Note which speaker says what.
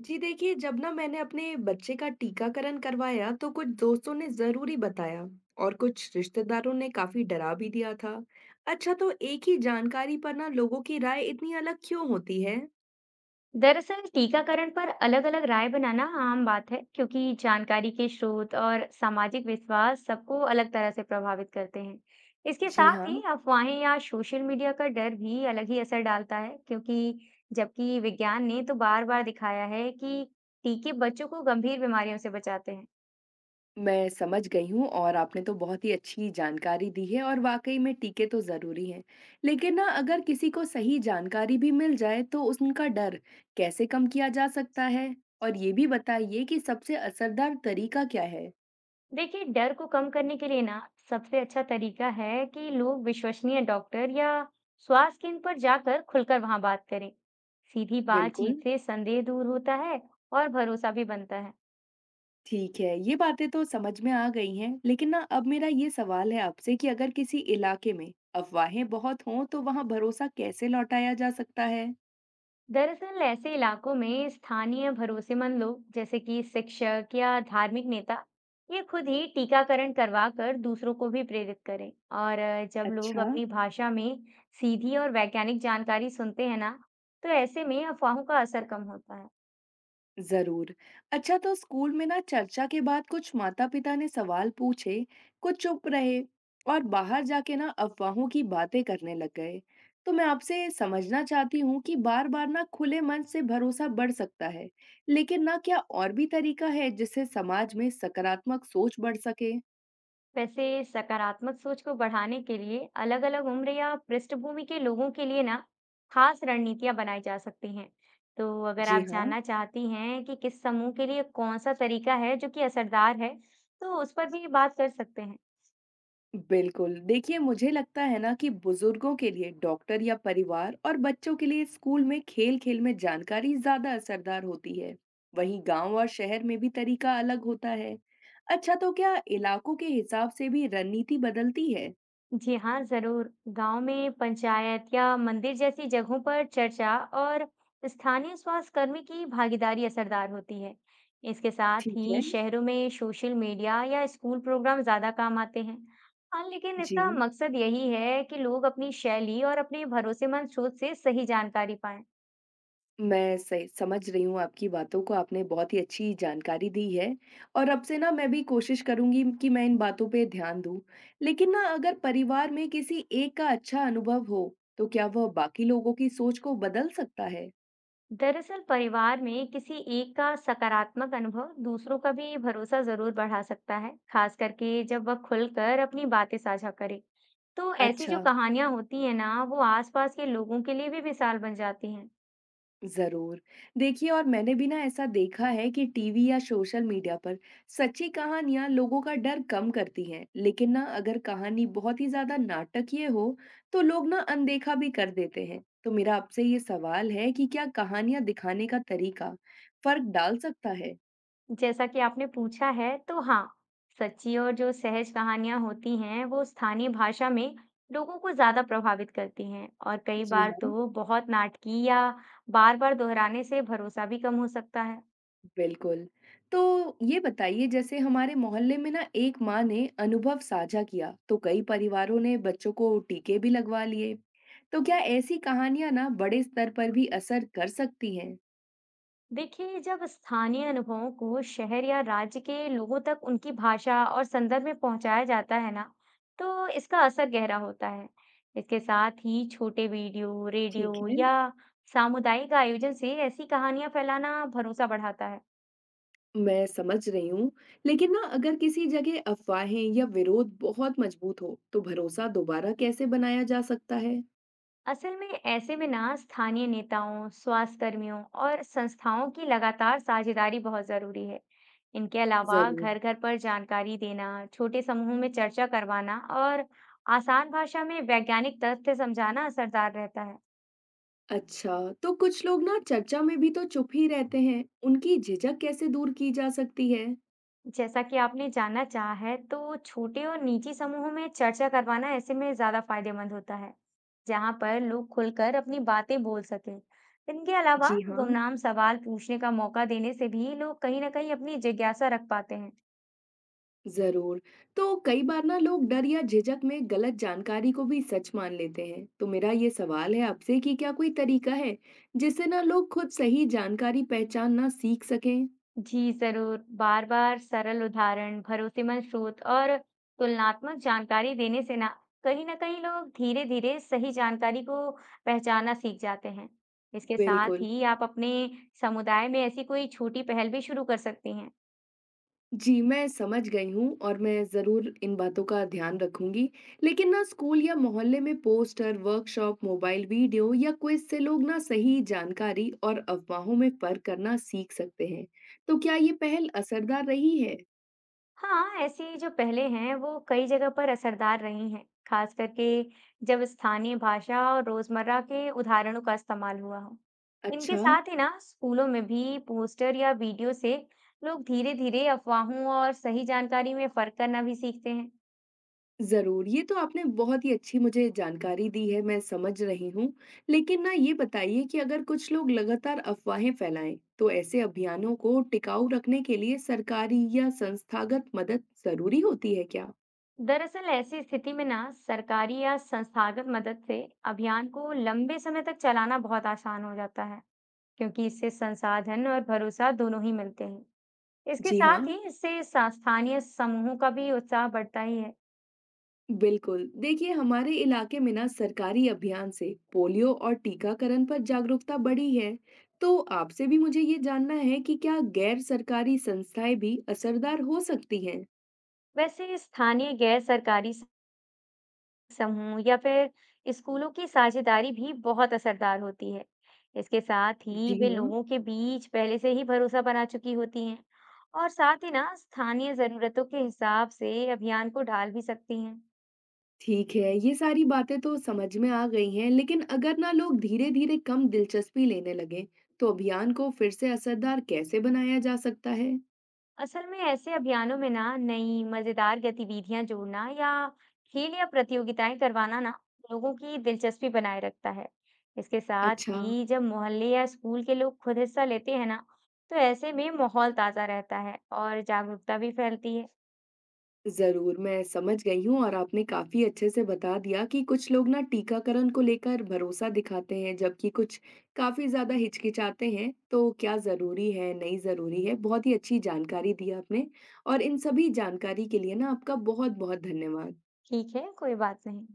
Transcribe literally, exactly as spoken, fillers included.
Speaker 1: जी देखिए, जब ना मैंने अपने बच्चे का टीकाकरण करवाया तो कुछ दोस्तों ने ज़रूरी बताया और कुछ रिश्तेदारों ने काफ़ी डरा भी दिया था। अच्छा तो एक ही जानकारी पर ना लोगों की राय इतनी अलग क्यों होती है?
Speaker 2: दरअसल टीकाकरण पर अलग-अलग राय बनाना आम बात है क्योंकि जानकारी के स्रोत और सामाजिक विश्वास सबको अलग तरह से प्रभावित करते हैं। इसके
Speaker 1: जी
Speaker 2: साथ ही
Speaker 1: हाँ।
Speaker 2: अफवाहें या सोशल मीडिया का डर भी अलग ही असर डालता है क्योंकि जबकि विज्ञान ने तो बार-बार दिखाया है कि टीके बच्चों को गंभीर बीमारियों से बचाते हैं।
Speaker 1: मैं समझ गई हूँ और आपने तो बहुत ही अच्छी जानकारी दी है और वाकई में टीके तो जरूरी हैं। लेकिन ना अगर किसी को सही जानकारी भी मिल जाए तो उनका डर कैसे कम किया जा सकता है और ये भी बताइए कि सबसे असरदार तरीका क्या है।
Speaker 2: देखिए, डर को कम करने के लिए ना सबसे अच्छा तरीका है कि लोग विश्वसनीय डॉक्टर या स्वास्थ्य केंद्र पर जाकर खुलकर वहां बात करें। सीधी
Speaker 1: बिल्कुल।
Speaker 2: बातचीत से संदेह दूर होता है और भरोसा भी बनता है।
Speaker 1: ठीक है, ये बातें तो समझ में आ गई हैं, लेकिन ना अब मेरा ये सवाल है आपसे कि अगर किसी इलाके में अफवाहें बहुत हों तो वहाँ भरोसा कैसे लौटाया जा सकता है?
Speaker 2: दरअसल ऐसे इलाकों में स्थानीय भरोसेमंद लोग जैसे कि शिक्षक या धार्मिक नेता ये खुद ही टीकाकरण करवा कर दूसरों को भी प्रेरित करें। और अ, जब लोग
Speaker 1: अच्छा।
Speaker 2: अपनी भाषा में सीधी और वैज्ञानिक जानकारी सुनते हैं ना तो ऐसे में अफवाहों का असर कम होता है।
Speaker 1: जरूर। अच्छा तो स्कूल में ना चर्चा के बाद कुछ माता पिता ने सवाल पूछे, कुछ चुप रहे और बाहर जाके ना अफवाहों की बातें करने लग गए। तो मैं आपसे ये समझना चाहती हूँ कि बार बार ना खुले मन से भरोसा बढ़ सकता है, लेकिन ना क्या और भी तरीका है जिससे समाज में सकारात्मक सोच बढ़ सके?
Speaker 2: वैसे सकारात्मक सोच को बढ़ाने के लिए अलग-अलग उम्र या पृष्ठभूमि के लोगों के लिए ना खास रणनीतियां बनाई जा सकती हैं। तो अगर
Speaker 1: जी
Speaker 2: आप
Speaker 1: हाँ।
Speaker 2: जानना चाहती हैं कि किस समूह के लिए कौन सा तरीका है जो कि असरदार है, तो उस पर भी बात कर सकते हैं।
Speaker 1: बिल्कुल। देखिए, मुझे लगता है ना कि बुजुर्गों के लिए डॉक्टर या परिवार और बच्चों के लिए स्कूल में खेल-खेल में जानकारी ज़्यादा असरदार होती है। वहीं गांव और शहर में भी तरीका अलग होता है। अच्छा, तो क्या इलाकों के हिसाब से भी रणनीति बदलती है?
Speaker 2: जी हाँ, ज़रूर। गांव में पंचायत या मंदिर जैसी जगहों पर चर्चा और स्थानीय स्वास्थ्यकर्मी की भागीदारी असरदार होती है। इसके साथ
Speaker 1: ठीक
Speaker 2: ही
Speaker 1: है।
Speaker 2: शहरों में सोशल मीडिया या स्कूल प्रोग्राम ज़्यादा काम आते हैं। हाँ, लेकिन
Speaker 1: जी।
Speaker 2: इसका मकसद यही है कि लोग अपनी शैली और अपने भरोसेमंद स्रोत से सही जानकारी पाएं।
Speaker 1: मैं सही समझ रही हूँ आपकी बातों को, आपने बहुत ही अच्छी जानकारी दी है और अब से ना मैं भी कोशिश करूँगी कि मैं इन बातों पे ध्यान दूँ। लेकिन ना अगर परिवार में किसी एक का अच्छा अनुभव हो, तो क्या वह बाकी लोगों की सोच को बदल सकता है?
Speaker 2: दरअसल परिवार में किसी एक का सकारात्मक अनुभव दूसरों का भी भरोसा जरूर बढ़ा सकता है, खास करके जब वह खुलकर अपनी बातें साझा करे। तो ऐसी जो
Speaker 1: अच्छा।
Speaker 2: कहानियां होती है ना, वो आसपास के लोगों के लिए भी मिसाल बन जाती हैं।
Speaker 1: जरूर। देखिए और मैंने भी ना ऐसा देखा है कि टीवी या सोशल मीडिया पर सच्ची कहानियां लोगों का डर कम करती हैं, लेकिन ना अगर कहानी बहुत ही ज्यादा नाटकीय हो तो लोग ना अनदेखा भी कर देते हैं। तो मेरा आपसे ये सवाल है कि क्या कहानियां दिखाने का तरीका फर्क डाल सकता है?
Speaker 2: जैसा कि आपने पूछा है, तो हाँ, सच्ची और जो सहज कहानियां होती हैं, वो स्थानीय भाषा में लोगों को ज्यादा प्रभावित करती हैं, और कई
Speaker 1: जी
Speaker 2: बार
Speaker 1: हाँ।
Speaker 2: तो बहुत नाटकीय या बार-बार दोहराने से भरोसा भी कम हो सकता है।
Speaker 1: बिल्कुल। तो ये बताइए, जैसे हमारे मोहल्ले में ना एक माँ ने अनुभव साझा किया, तो कई परिवारों ने बच्चों को टीके भी लगवा लिए। तो क्या ऐसी कहानियां ना बड़े स्तर पर भी असर कर सकती हैं?
Speaker 2: देखिए, जब स्थानीय अनुभवों को शहर या राज्य के लोगों तक उनकी भाषा और संदर्भ में पहुंचाया जाता है ना तो इसका असर गहरा होता है। इसके साथ ही छोटे वीडियो,
Speaker 1: ठीक
Speaker 2: रेडियो
Speaker 1: है।
Speaker 2: या सामुदायिक आयोजन से ऐसी कहानियां फैलाना भरोसा बढ़ाता है।
Speaker 1: मैं समझ रही हूँ, लेकिन ना अगर किसी जगह अफवाहें या विरोध बहुत मजबूत हो, तो भरोसा दोबारा कैसे बनाया जा सकता है?
Speaker 2: असल में ऐसे में ना स्थानीय नेताओं, स्वास्थ्य कर्मियों और संस्थाओं की लगातार साझेदारी बहुत जरूरी है। इनके अलावा
Speaker 1: जरूर।
Speaker 2: घर घर पर जानकारी देना, छोटे समूह में चर्चा करवाना और आसान भाषा में वैज्ञानिक तथ्य समझाना असरदार रहता है।
Speaker 1: अच्छा, तो कुछ लोग ना चर्चा में भी तो चुप ही रहते हैं, उनकी झिझक कैसे दूर की जा सकती है?
Speaker 2: जैसा कि आपने जानना चाहा है, तो छोटे और निजी समूहों में चर्चा करवाना ऐसे में ज्यादा फायदेमंद होता है, जहां पर लोग खुलकर अपनी बातें बोल सकें। इनके अलावा
Speaker 1: जी हाँ।
Speaker 2: गुमनाम सवाल पूछने का मौका देने से भी लोग कहीं ना कहीं अपनी जिज्ञासा रख पाते हैं।
Speaker 1: जरूर। तो कई बार ना लोग डर या झिझक में गलत जानकारी को भी सच मान लेते हैं। तो मेरा ये सवाल है आपसे कि क्या कोई तरीका है जिससे ना लोग खुद सही जानकारी पहचानना सीख सकें?
Speaker 2: जी जरूर, बार-बार सरल उदाहरण, भरोसेमंद स्रोत और तुलनात्मक जानकारी देने से ना कहीं ना कहीं लोग धीरे-धीरे सही जानकारी को पहचानना सीख जाते हैं। इसके साथ
Speaker 1: बिल्कुल।
Speaker 2: ही आप अपने समुदाय में ऐसी कोई छोटी पहल भी शुरू कर सकती हैं।
Speaker 1: जी मैं समझ गई हूँ और मैं जरूर इन बातों का ध्यान रखूंगी। लेकिन ना स्कूल या मोहल्ले में पोस्टर, वर्कशॉप, मोबाइल वीडियो या क्विज से लोग ना सही जानकारी और अफवाहों में फर्क करना सीख सकते हैं। तो क्या ये पहल असरदार रही है?
Speaker 2: हाँ, ऐसी जो पहले हैं वो कई जगह पर असरदार रही हैं, खास करके जब स्थानीय भाषा और रोजमर्रा के उदाहरणों का इस्तेमाल हुआ हो। इनके
Speaker 1: अच्छा।
Speaker 2: साथ ही ना स्कूलों में भी पोस्टर या वीडियो से लोग धीरे धीरे अफवाहों और सही जानकारी में फर्क करना भी सीखते हैं।
Speaker 1: जरूर, ये तो आपने बहुत ही अच्छी मुझे जानकारी दी है, मैं समझ रही हूँ। लेकिन ना ये बताइए कि अगर कुछ लोग लगातार अफवाहें फैलाएं तो ऐसे अभियानों को टिकाऊ रखने के लिए सरकारी या संस्थागत मदद जरूरी होती है क्या?
Speaker 2: दरअसल ऐसी स्थिति में ना सरकारी या संस्थागत मदद से अभियान को लंबे समय तक चलाना बहुत आसान हो जाता है, क्योंकि इससे संसाधन और भरोसा दोनों ही मिलते हैं। इसके
Speaker 1: जी हाँ।
Speaker 2: साथ ही इससे सा- स्थानीय समूहों का भी उत्साह बढ़ता ही है।
Speaker 1: बिल्कुल। देखिए हमारे इलाके में ना सरकारी अभियान से पोलियो और टीकाकरण पर जागरूकता बढ़ी है। तो आपसे भी मुझे ये जानना है कि क्या गैर सरकारी संस्थाएं भी असरदार हो सकती हैं?
Speaker 2: वैसे स्थानीय गैर सरकारी स- समूह या फिर स्कूलों की साझेदारी भी बहुत असरदार होती है। इसके साथ ही
Speaker 1: जी
Speaker 2: वे
Speaker 1: हाँ।
Speaker 2: लोगों के बीच पहले से ही भरोसा बना चुकी होती हैं, और साथ ही ना स्थानीय जरूरतों के हिसाब से अभियान को ढाल भी सकती हैं।
Speaker 1: ठीक है, ये सारी बातें तो समझ में आ गई हैं, लेकिन अगर ना लोग धीरे-धीरे कम दिलचस्पी लेने लगें, तो अभियान को फिर से असरदार कैसे बनाया जा सकता है?
Speaker 2: असल में ऐसे अभियानों में ना नई मजेदार गतिविधियां जोड़ना या खेल या प्रतियोगिताएं करवाना ना लोगों की दिलचस्पी बनाए रखता है। इसके साथ
Speaker 1: अच्छा,
Speaker 2: ही जब मोहल्ले या स्कूल के लोग खुद हिस्सा लेते हैं ना तो ऐसे में माहौल ताजा रहता है और जागरूकता भी फैलती है।
Speaker 1: ज़रूर, मैं समझ गई हूँ और आपने काफ़ी अच्छे से बता दिया कि कुछ लोग ना टीकाकरण को लेकर भरोसा दिखाते हैं, जबकि कुछ काफ़ी ज़्यादा हिचकिचाते हैं, तो क्या ज़रूरी है, नहीं ज़रूरी है, बहुत ही अच्छी जानकारी दी आपने और इन सभी जानकारी के लिए ना आपका बहुत-बहुत धन्यवाद।
Speaker 2: ठीक है, कोई बात नहीं।